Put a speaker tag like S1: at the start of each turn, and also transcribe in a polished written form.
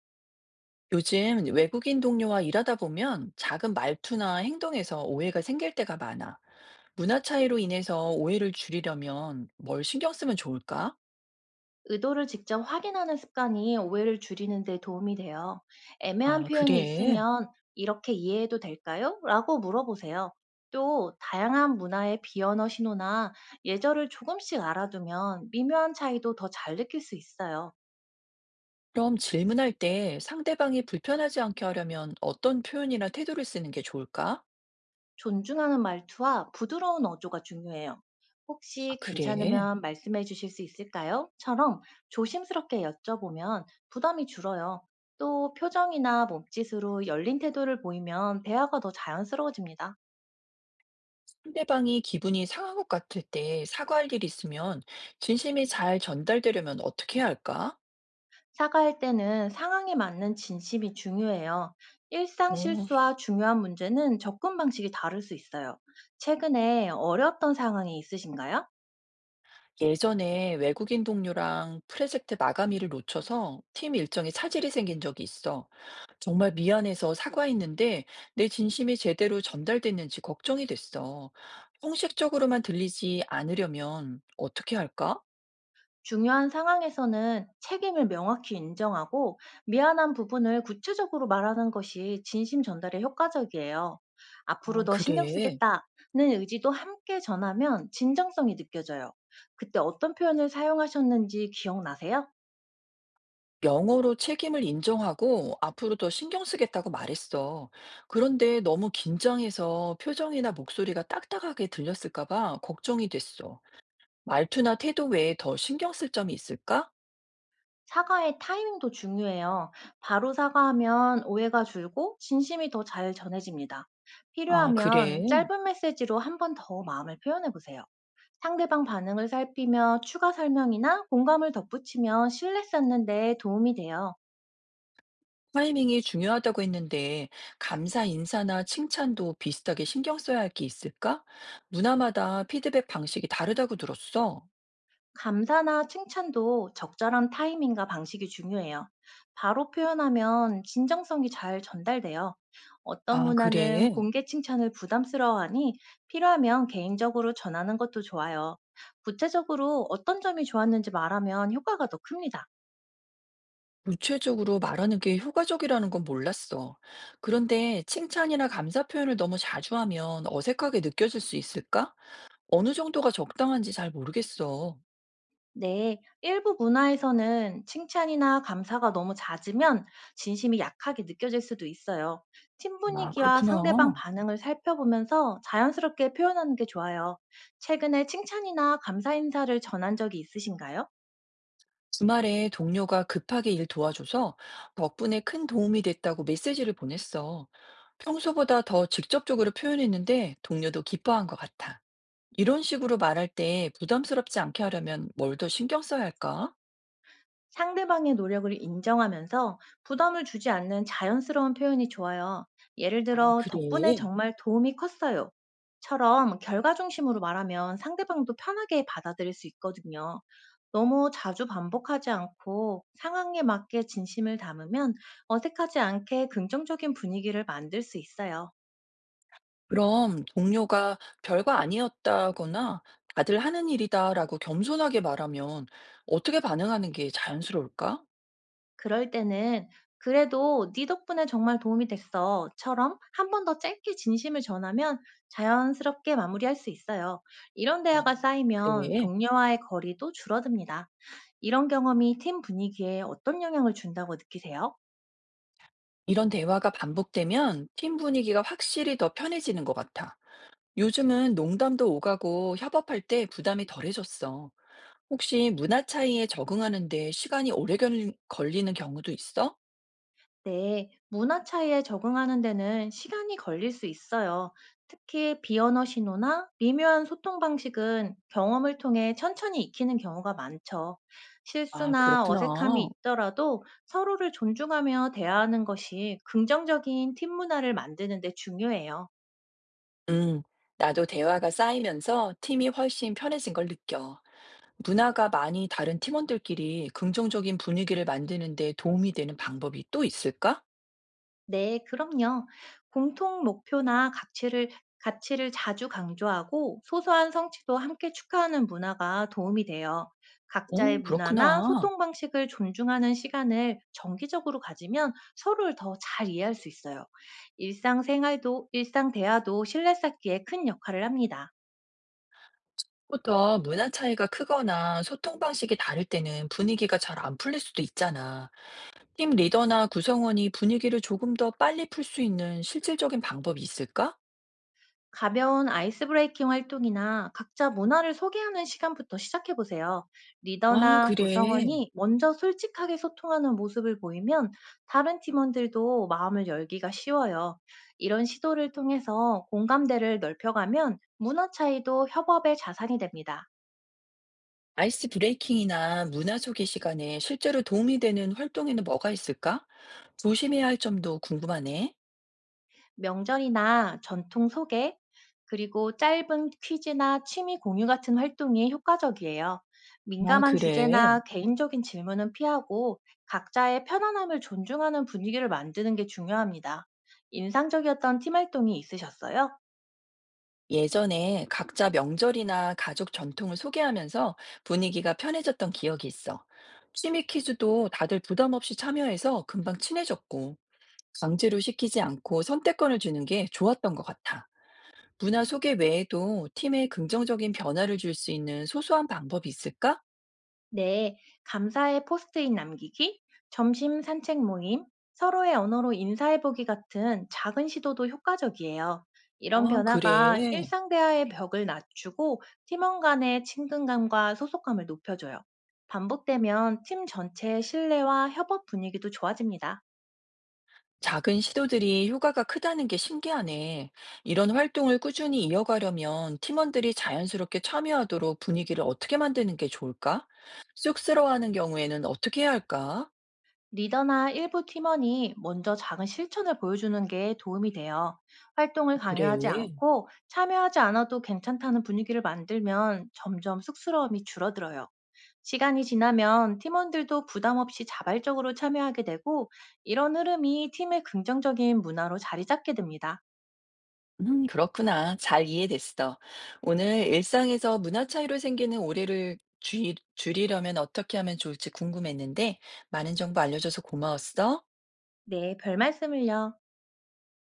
S1: 요즘 외국인 동료와 일하다 보면 작은 말투나 행동에서 오해가 생길 때가 많아. 문화 차이로 인해서 오해를 줄이려면 뭘 신경 쓰면 좋을까?
S2: 의도를 직접 확인하는 습관이 오해를 줄이는 데 도움이 돼요. 애매한
S1: 아,
S2: 표현이
S1: 그래.
S2: 있으면 이렇게 이해해도 될까요? 라고 물어보세요. 또 다양한 문화의 비언어 신호나 예절을 조금씩 알아두면 미묘한 차이도 더 잘 느낄 수 있어요.
S1: 그럼 질문할 때 상대방이 불편하지 않게 하려면 어떤 표현이나 태도를 쓰는 게 좋을까?
S2: 존중하는 말투와 부드러운 어조가 중요해요.
S1: 아,
S2: 혹시
S1: 그래.
S2: 괜찮으면 말씀해 주실 수 있을까요? 처럼 조심스럽게 여쭤보면 부담이 줄어요. 또 표정이나 몸짓으로 열린 태도를 보이면 대화가 더 자연스러워집니다.
S1: 상대방이 기분이 상한 것 같을 때 사과할 일이 있으면 진심이 잘 전달되려면 어떻게 해야 할까?
S2: 사과할 때는 상황에 맞는 진심이 중요해요. 일상
S1: 어.
S2: 실수와 중요한 문제는 접근 방식이 다를 수 있어요. 최근에 어려웠던 상황이 있으신가요?
S1: 예전에 외국인 동료랑 프로젝트 마감일을 놓쳐서 팀 일정에 차질이 생긴 적이 있어. 정말 미안해서 사과했는데 내 진심이 제대로 전달됐는지 걱정이 됐어. 형식적으로만 들리지 않으려면 어떻게 할까?
S2: 중요한 상황에서는 책임을 명확히 인정하고 미안한 부분을 구체적으로 말하는 것이 진심 전달에 효과적이에요. 앞으로
S1: 아,
S2: 더 신경
S1: 그래.
S2: 쓰겠다는 의지도 함께 전하면 진정성이 느껴져요. 그때 어떤 표현을 사용하셨는지 기억나세요?
S1: 영어로 책임을 인정하고 앞으로 더 신경 쓰겠다고 말했어. 그런데 너무 긴장해서 표정이나 목소리가 딱딱하게 들렸을까 봐 걱정이 됐어. 말투나 태도 외에 더 신경 쓸 점이 있을까?
S2: 사과의 타이밍도 중요해요. 바로 사과하면 오해가 줄고 진심이 더 잘 전해집니다.
S1: 아, 그래.
S2: 필요하면 짧은 메시지로 한 번 더 마음을 표현해 보세요. 상대방 반응을 살피며 추가 설명이나 공감을 덧붙이면 신뢰 쌓는 데 도움이 돼요.
S1: 타이밍이 중요하다고 했는데, 감사 인사나 칭찬도 비슷하게 신경 써야 할 게 있을까? 문화마다 피드백 방식이 다르다고 들었어.
S2: 감사나 칭찬도 적절한 타이밍과 방식이 중요해요. 바로 표현하면 진정성이 잘 전달돼요. 어떤
S1: 아,
S2: 문화는
S1: 그래.
S2: 공개 칭찬을 부담스러워하니 필요하면 개인적으로 전하는 것도 좋아요. 구체적으로 어떤 점이 좋았는지 말하면 효과가 더 큽니다.
S1: 구체적으로 말하는 게 효과적이라는 건 몰랐어. 그런데 칭찬이나 감사 표현을 너무 자주 하면 어색하게 느껴질 수 있을까? 어느 정도가 적당한지 잘 모르겠어.
S2: 네, 일부 문화에서는 칭찬이나 감사가 너무 잦으면 진심이 약하게 느껴질 수도 있어요. 팀
S1: 아,
S2: 분위기와 상대방
S1: 그렇구나.
S2: 반응을 살펴보면서 자연스럽게 표현하는 게 좋아요. 최근에 칭찬이나 감사 인사를 전한 적이 있으신가요?
S1: 주말에 동료가 급하게 일 도와줘서 덕분에 큰 도움이 됐다고 메시지를 보냈어. 평소보다 더 직접적으로 표현했는데 동료도 기뻐한 것 같아. 이런 식으로 말할 때 부담스럽지 않게 하려면 뭘 더 신경 써야 할까?
S2: 상대방의 노력을 인정하면서 부담을 주지 않는 자연스러운 표현이 좋아요. 예를
S1: 아,
S2: 들어,
S1: 그래.
S2: 덕분에 정말 도움이 컸어요. 처럼 결과 중심으로 말하면 상대방도 편하게 받아들일 수 있거든요. 너무 자주 반복하지 않고 상황에 맞게 진심을 담으면 어색하지 않게 긍정적인 분위기를 만들 수 있어요.
S1: 그럼 동료가 별거 아니었다거나 다들 하는 일이다라고 겸손하게 말하면 어떻게 반응하는 게 자연스러울까?
S2: 그럴 때는 "그래도 네 덕분에 정말 도움이 됐어."처럼 한 번 더 짧게 진심을 전하면 자연스럽게 마무리할 수 있어요. 이런
S1: 아,
S2: 대화가 쌓이면
S1: 그래.
S2: 동료와의 거리도 줄어듭니다. 이런 경험이 팀 분위기에 어떤 영향을 준다고 느끼세요?
S1: 이런 대화가 반복되면 팀 분위기가 확실히 더 편해지는 것 같아. 요즘은 농담도 오가고 협업할 때 부담이 덜해졌어. 혹시 문화 차이에 적응하는데 시간이 오래 걸리는 경우도 있어?
S2: 네, 문화 차이에 적응하는 데는 시간이 걸릴 수 있어요. 특히 비언어 신호나 미묘한 소통 방식은 경험을 통해 천천히 익히는 경우가 많죠.
S1: 아,
S2: 실수나
S1: 그렇구나.
S2: 어색함이 있더라도 서로를 존중하며 대화하는 것이 긍정적인 팀 문화를 만드는 데 중요해요.
S1: 음, 나도 대화가 쌓이면서 팀이 훨씬 편해진 걸 느껴. 문화가 많이 다른 팀원들끼리 긍정적인 분위기를 만드는데 도움이 되는 방법이 또 있을까?
S2: 네, 그럼요. 공통 목표나 가치를 자주 강조하고 소소한 성취도 함께 축하하는 문화가 도움이 돼요. 각자의
S1: 오,
S2: 문화나
S1: 그렇구나.
S2: 소통 방식을 존중하는 시간을 정기적으로 가지면 서로를 더 잘 이해할 수 있어요. 일상 대화도 신뢰 쌓기에 큰 역할을 합니다.
S1: 부터 문화 차이가 크거나 소통 방식이 다를 때는 분위기가 잘 안 풀릴 수도 있잖아. 팀 리더나 구성원이 분위기를 조금 더 빨리 풀 수 있는 실질적인 방법이 있을까?
S2: 가벼운 아이스 브레이킹 활동이나 각자 문화를 소개하는 시간부터 시작해 보세요.
S1: 아,
S2: 리더나
S1: 그래.
S2: 구성원이 먼저 솔직하게 소통하는 모습을 보이면 다른 팀원들도 마음을 열기가 쉬워요. 이런 시도를 통해서 공감대를 넓혀가면 문화 차이도 협업의 자산이 됩니다.
S1: 아이스 브레이킹이나 문화 소개 시간에 실제로 도움이 되는 활동에는 뭐가 있을까? 조심해야 할 점도 궁금하네.
S2: 명절이나 전통 소개, 그리고 짧은 퀴즈나 취미 공유 같은 활동이 효과적이에요.
S1: 아,
S2: 민감한
S1: 그래.
S2: 주제나 개인적인 질문은 피하고 각자의 편안함을 존중하는 분위기를 만드는 게 중요합니다. 인상적이었던 팀 활동이 있으셨어요?
S1: 예전에 각자 명절이나 가족 전통을 소개하면서 분위기가 편해졌던 기억이 있어. 취미 퀴즈도 다들 부담 없이 참여해서 금방 친해졌고, 강제로 시키지 않고 선택권을 주는 게 좋았던 것 같아. 문화 소개 외에도 팀에 긍정적인 변화를 줄 수 있는 소소한 방법이 있을까?
S2: 네, 감사의 포스트잇 남기기, 점심 산책 모임, 서로의 언어로 인사해보기 같은 작은 시도도 효과적이에요. 이런
S1: 아,
S2: 변화가
S1: 그래.
S2: 일상 대화의 벽을 낮추고 팀원 간의 친근감과 소속감을 높여줘요. 반복되면 팀 전체의 신뢰와 협업 분위기도 좋아집니다.
S1: 작은 시도들이 효과가 크다는 게 신기하네. 이런 활동을 꾸준히 이어가려면 팀원들이 자연스럽게 참여하도록 분위기를 어떻게 만드는 게 좋을까? 쑥스러워하는 경우에는 어떻게 해야 할까?
S2: 리더나 일부 팀원이 먼저 작은 실천을 보여주는 게 도움이 돼요. 활동을
S1: 그래.
S2: 강요하지 않고 참여하지 않아도 괜찮다는 분위기를 만들면 점점 쑥스러움이 줄어들어요. 시간이 지나면 팀원들도 부담 없이 자발적으로 참여하게 되고 이런 흐름이 팀의 긍정적인 문화로 자리 잡게 됩니다.
S1: 그렇구나. 잘 이해됐어. 오늘 일상에서 문화 차이로 생기는 오해를 줄이려면 어떻게 하면 좋을지 궁금했는데, 많은 정보 알려줘서 고마웠어.
S2: 네, 별 말씀을요.